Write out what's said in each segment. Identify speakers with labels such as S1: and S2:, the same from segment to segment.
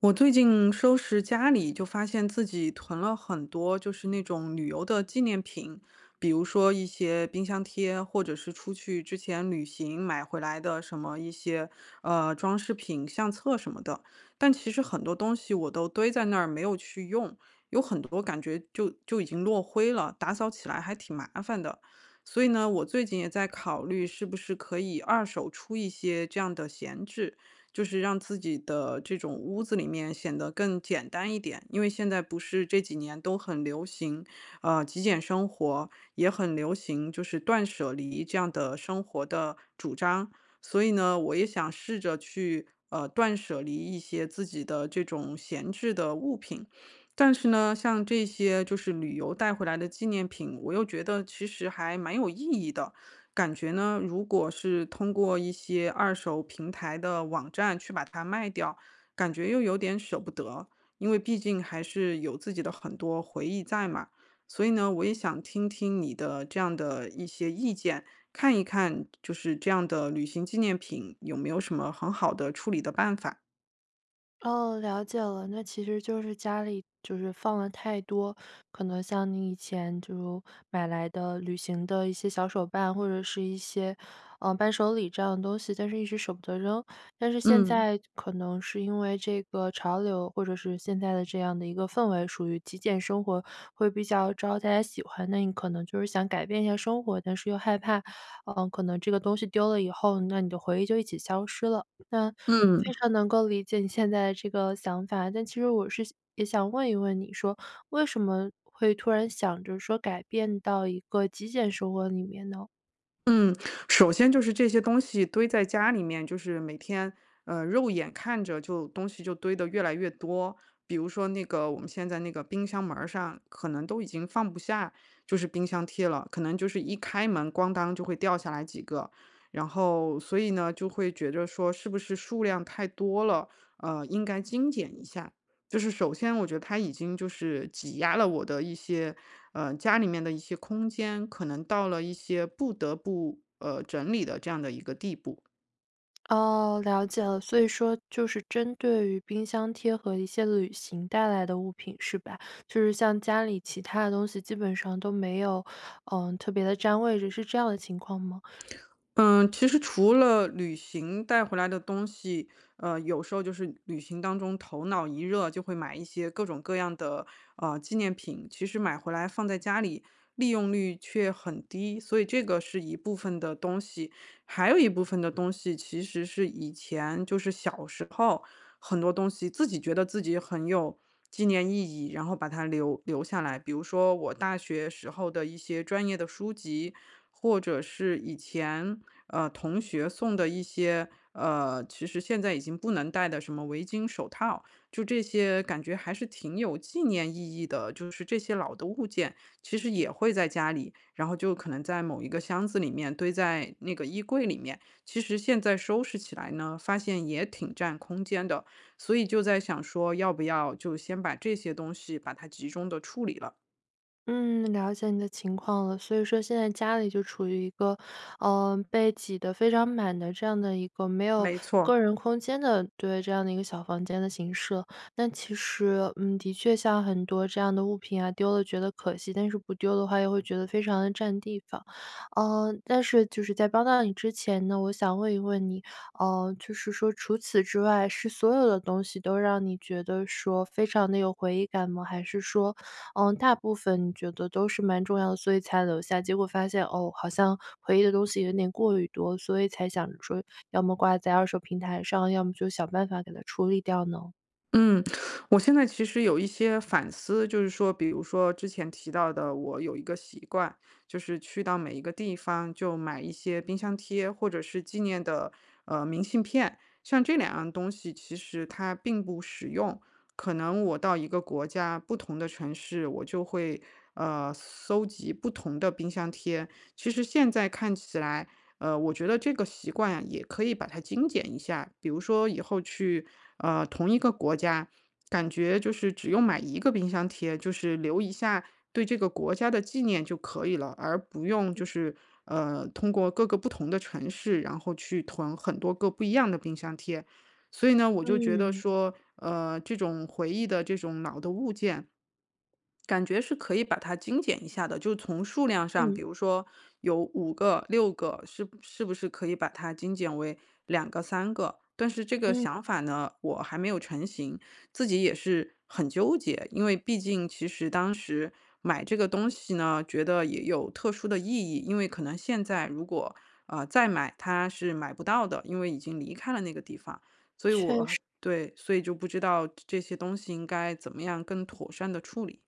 S1: 我最近收拾家里，就发现自己囤了很多，就是那种旅游的纪念品，比如说一些冰箱贴，或者是出去之前旅行买回来的什么一些装饰品、相册什么的。但其实很多东西我都堆在那儿没有去用，有很多感觉就已经落灰了，打扫起来还挺麻烦的。所以呢，我最近也在考虑是不是可以二手出一些这样的闲置。就是让自己的这种屋子里面显得更简单一点。因为现在不是这几年都很流行，极简生活，也很流行就是断舍离这样的生活的主张。所以呢，我也想试着去断舍离一些自己的这种闲置的物品。但是呢，像这些就是旅游带回来的纪念品，我又觉得其实还蛮有意义的。感觉呢，如果是通过一些二手平台的网站去把它卖掉，感觉又有点舍不得，因为毕竟还是有自己的很多回忆在嘛。所以呢，我也想听听你的这样的一些意见，看一看就是这样的旅行纪念品有没有什么很好的处理的办法。
S2: 哦，了解了。那其实就是家里就是放了太多，可能像你以前就买来的旅行的一些小手办，或者是一些，伴手礼这样的东西，但是一直舍不得扔。但是现
S1: 嗯
S2: 在可能是因为这个潮流，或者是现在的这样的一个氛围，属于极简生活，会比较招大家喜欢。那你可能就是想改变一下生活，但是又害怕，可能这个东西丢了以后，那你的回忆就一起消失了。那非
S1: 嗯。
S2: 常能够理解你现在的这个想法，但其实我是也想问一问你说，为什么会突然想着说改变到一个极简生活里面呢？
S1: 嗯，首先就是这些东西堆在家里面，就是每天，肉眼看着就东西就堆得越来越多。比如说那个我们现在那个冰箱门儿上，可能都已经放不下，就是冰箱贴了，可能就是一开门，咣当就会掉下来几个。然后，所以呢，就会觉着说是不是数量太多了，应该精简一下。就是首先我觉得他已经就是挤压了我的一些，家里面的一些空间，可能到了一些不得不，整理的这样的一个地步。
S2: 哦，了解了，所以说就是针对于冰箱贴和一些旅行带来的物品是吧？就是像家里其他的东西基本上都没有，特别的占位置，是这样的情况吗？
S1: 嗯，其实除了旅行带回来的东西，有时候就是旅行当中头脑一热就会买一些各种各样的纪念品，其实买回来放在家里利用率却很低，所以这个是一部分的东西，还有一部分的东西其实是以前就是小时候很多东西自己觉得自己很有纪念意义，然后把它留下来，比如说我大学时候的一些专业的书籍。或者是以前同学送的一些其实现在已经不能戴的什么围巾、手套，就这些感觉还是挺有纪念意义的。就是这些老的物件，其实也会在家里，然后就可能在某一个箱子里面堆在那个衣柜里面。其实现在收拾起来呢，发现也挺占空间的，所以就在想说，要不要就先把这些东西把它集中的处理了。
S2: 嗯，了解你的情况了。所以说现在家里就处于一个，被挤得非常满的这样的一个没有
S1: 没
S2: 个
S1: 错，
S2: 人空间的，对，这样的一个小房间的形式。那其实，的确像很多这样的物品啊，丢了觉得可惜，但是不丢的话又会觉得非常的占地方。嗯，但是就是在帮到你之前呢，我想问一问你，就是说除此之外，是所有的东西都让你觉得说非常的有回忆感吗？还是说，大部分觉得都是蛮重要的，所以才留下。结果发现，哦，好像回忆的东西有点过于多，所以才想着说，要么挂在二手平台上，要么就想办法给它处理掉呢。
S1: 嗯，我现在其实有一些反思，就是说，比如说之前提到的，我有一个习惯，就是去到每一个地方就买一些冰箱贴或者是纪念的明信片，像这两样东西，其实它并不实用。可能我到一个国家不同的城市，我就会搜集不同的冰箱贴。其实现在看起来。我觉得这个习惯呀，也可以把它精简一下。比如说以后去，同一个国家，感觉就是只用买一个冰箱贴，就是留一下对这个国家的纪念就可以了，而不用就是通过各个不同的城市，然后去囤很多个不一样的冰箱贴。所以呢，我就觉得
S2: 嗯，
S1: 说，这种回忆的这种老的物件。感觉是可以把它精简一下的，就从数量上，
S2: 嗯，
S1: 比如说有五个、六个，是不是可以把它精简为两个、三个？但是这个
S2: 嗯，
S1: 想法呢，我还没有成型，自己也是很纠结。因为毕竟其实当时买这个东西呢，觉得也有特殊的意义，因为可能现在如果，再买它是买不到的，因为已经离开了那个地方。所以
S2: 确
S1: 我
S2: 实。
S1: 对，所以就不知道这些东西应该怎么样更妥善的处理。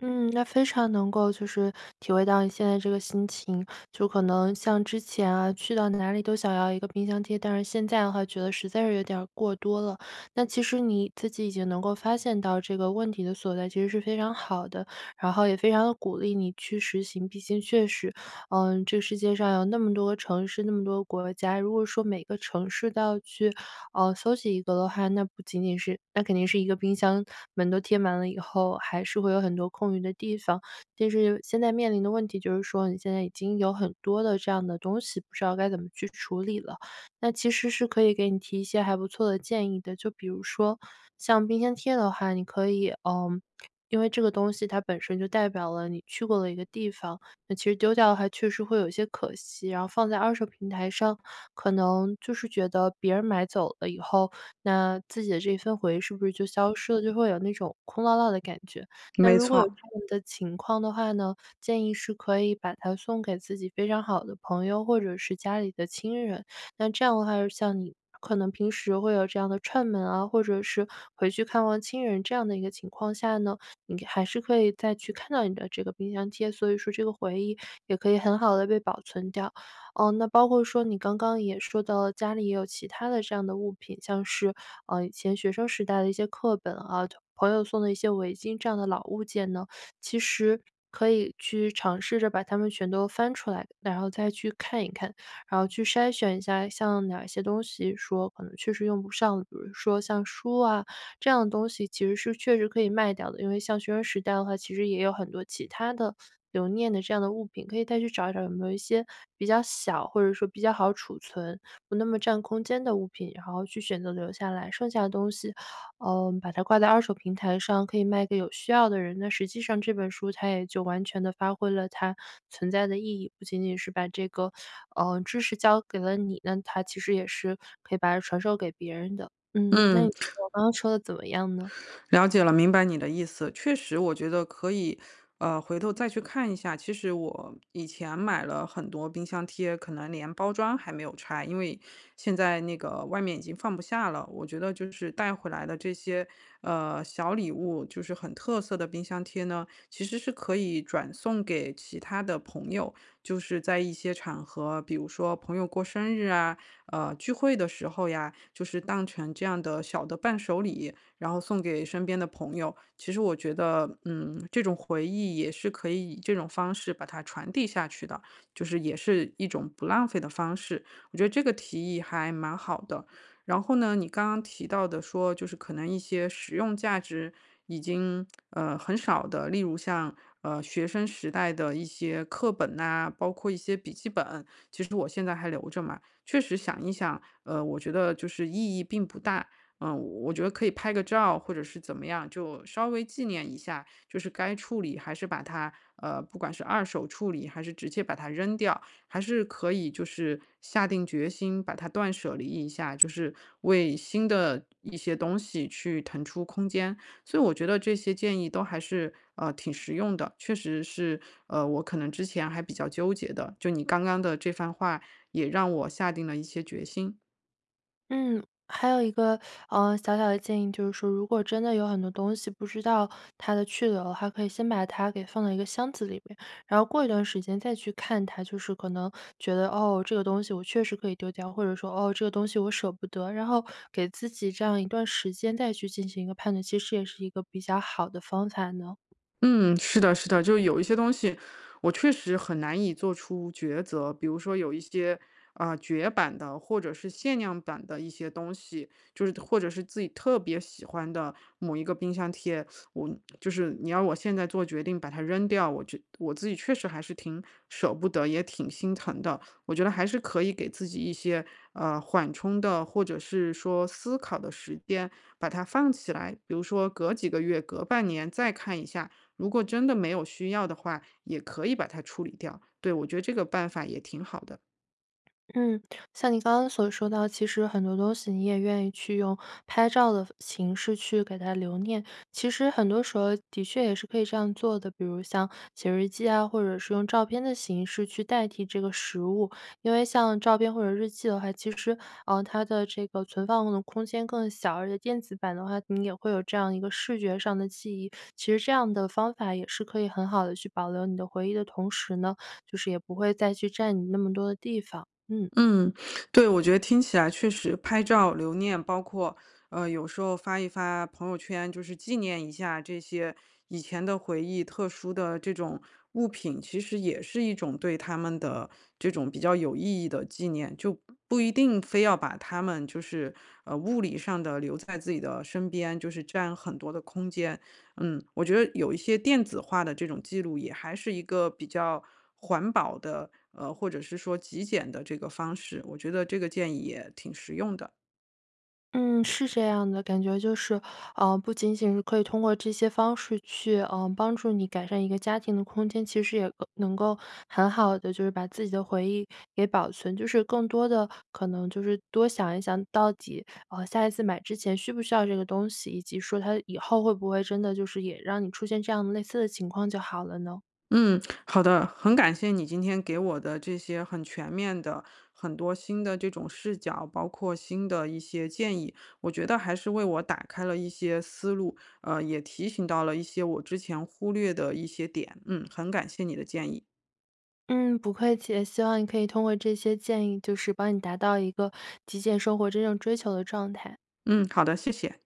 S2: 嗯，那非常能够就是体会到你现在这个心情，就可能像之前啊，去到哪里都想要一个冰箱贴，但是现在的话觉得实在是有点儿过多了。那其实你自己已经能够发现到这个问题的所在，其实是非常好的，然后也非常的鼓励你去实行，毕竟确实，嗯，这个世界上有那么多个城市，那么多个国家，如果说每个城市都要去，搜集一个的话，那不仅仅是那肯定是一个冰箱门都贴满了以后，还是会有很多空余的地方。但是现在面临的问题就是说，你现在已经有很多的这样的东西，不知道该怎么去处理了。那其实是可以给你提一些还不错的建议的，就比如说像冰箱贴的话，你可以，嗯。因为这个东西它本身就代表了你去过的一个地方，那其实丢掉的话确实会有一些可惜，然后放在二手平台上，可能就是觉得别人买走了以后，那自己的这一份回忆是不是就消失了，就会有那种空落落的感觉。那
S1: 没
S2: 如果有这
S1: 错，
S2: 样的情况的话呢，建议是可以把它送给自己非常好的朋友或者是家里的亲人，那这样的话像你可能平时会有这样的串门啊，或者是回去看望亲人这样的一个情况下呢，你还是可以再去看到你的这个冰箱贴，所以说这个回忆也可以很好的被保存掉。哦，那包括说你刚刚也说到了家里也有其他的这样的物品，像是，以前学生时代的一些课本啊，朋友送的一些围巾这样的老物件呢，其实可以去尝试着把它们全都翻出来，然后再去看一看，然后去筛选一下像哪些东西说可能确实用不上，比如说像书啊，这样的东西其实是确实可以卖掉的。因为像学生时代的话，其实也有很多其他的留念的这样的物品，可以再去找一找有没有一些比较小或者说比较好储存、不那么占空间的物品，然后去选择留下来。剩下的东西，把它挂在二手平台上，可以卖给有需要的人。那实际上这本书它也就完全的发挥了它存在的意义，不仅仅是把这个，知识教给了你，那它其实也是可以把它传授给别人的。嗯，那你
S1: 嗯，
S2: 朋友说的怎么样呢？
S1: 了解了，明白你的意思。确实，我觉得可以，回头再去看一下。其实我以前买了很多冰箱贴，可能连包装还没有拆，因为现在那个外面已经放不下了。我觉得就是带回来的这些小礼物，就是很特色的冰箱贴呢，其实是可以转送给其他的朋友，就是在一些场合，比如说朋友过生日啊，聚会的时候呀，就是当成这样的小的伴手礼。然后送给身边的朋友。其实我觉得，嗯，这种回忆也是可以以这种方式把它传递下去的，就是也是一种不浪费的方式。我觉得这个提议还蛮好的。然后呢，你刚刚提到的说，就是可能一些实用价值已经很少的，例如像学生时代的一些课本呐、包括一些笔记本，其实我现在还留着嘛。确实想一想，我觉得就是意义并不大，嗯，我觉得可以拍个照或者是怎么样，就稍微纪念一下，就是该处理还是把它，不管是二手处理还是直接把它扔掉，还是可以就是下定决心把它断舍离一下，就是为新的一些东西去腾出空间。所以我觉得这些建议都还是挺实用的，确实是我可能之前还比较纠结的，就你刚刚的这番话也让我下定了一些决心。
S2: 嗯，还有一个，小小的建议就是说，如果真的有很多东西不知道它的去留的话，可以先把它给放到一个箱子里面，然后过一段时间再去看它。就是可能觉得，哦，这个东西我确实可以丢掉，或者说，哦，这个东西我舍不得，然后给自己这样一段时间再去进行一个判断，其实也是一个比较好的方法呢。
S1: 嗯，是的，是的，就有一些东西，我确实很难以做出抉择。比如说有一些绝版的，或者是限量版的一些东西，就是或者是自己特别喜欢的某一个冰箱贴，我就是你要我现在做决定把它扔掉，我觉我自己确实还是挺舍不得，也挺心疼的。我觉得还是可以给自己一些缓冲的，或者是说思考的时间，把它放起来，比如说隔几个月、隔半年再看一下。如果真的没有需要的话，也可以把它处理掉。对，我觉得这个办法也挺好的。
S2: 嗯，像你刚刚所说到，其实很多东西你也愿意去用拍照的形式去给它留念。其实很多时候的确也是可以这样做的，比如像写日记啊，或者是用照片的形式去代替这个实物。因为像照片或者日记的话，其实它的这个存放的空间更小，而且电子版的话，你也会有这样一个视觉上的记忆。其实这样的方法也是可以很好的去保留你的回忆的同时呢，就是也不会再去占你那么多的地方。嗯
S1: 嗯，对，我觉得听起来确实拍照留念，包括有时候发一发朋友圈，就是纪念一下这些以前的回忆、特殊的这种物品，其实也是一种对他们的这种比较有意义的纪念，就不一定非要把他们就是物理上的留在自己的身边，就是占很多的空间。嗯，我觉得有一些电子化的这种记录，也还是一个比较环保的，或者是说极简的这个方式。我觉得这个建议也挺实用的。
S2: 嗯，是这样的，感觉就是，不仅仅是可以通过这些方式去，帮助你改善一个家庭的空间，其实也够能够很好的就是把自己的回忆给保存，就是更多的可能就是多想一想，到底下一次买之前需不需要这个东西，以及说它以后会不会真的就是也让你出现这样类似的情况就好了呢？
S1: 嗯，好的，很感谢你今天给我的这些很全面的、很多新的这种视角，包括新的一些建议，我觉得还是为我打开了一些思路，也提醒到了一些我之前忽略的一些点。嗯，很感谢你的建议。
S2: 嗯，不客气，希望你可以通过这些建议，就是帮你达到一个极简生活真正追求的状态。
S1: 嗯，好的，谢谢。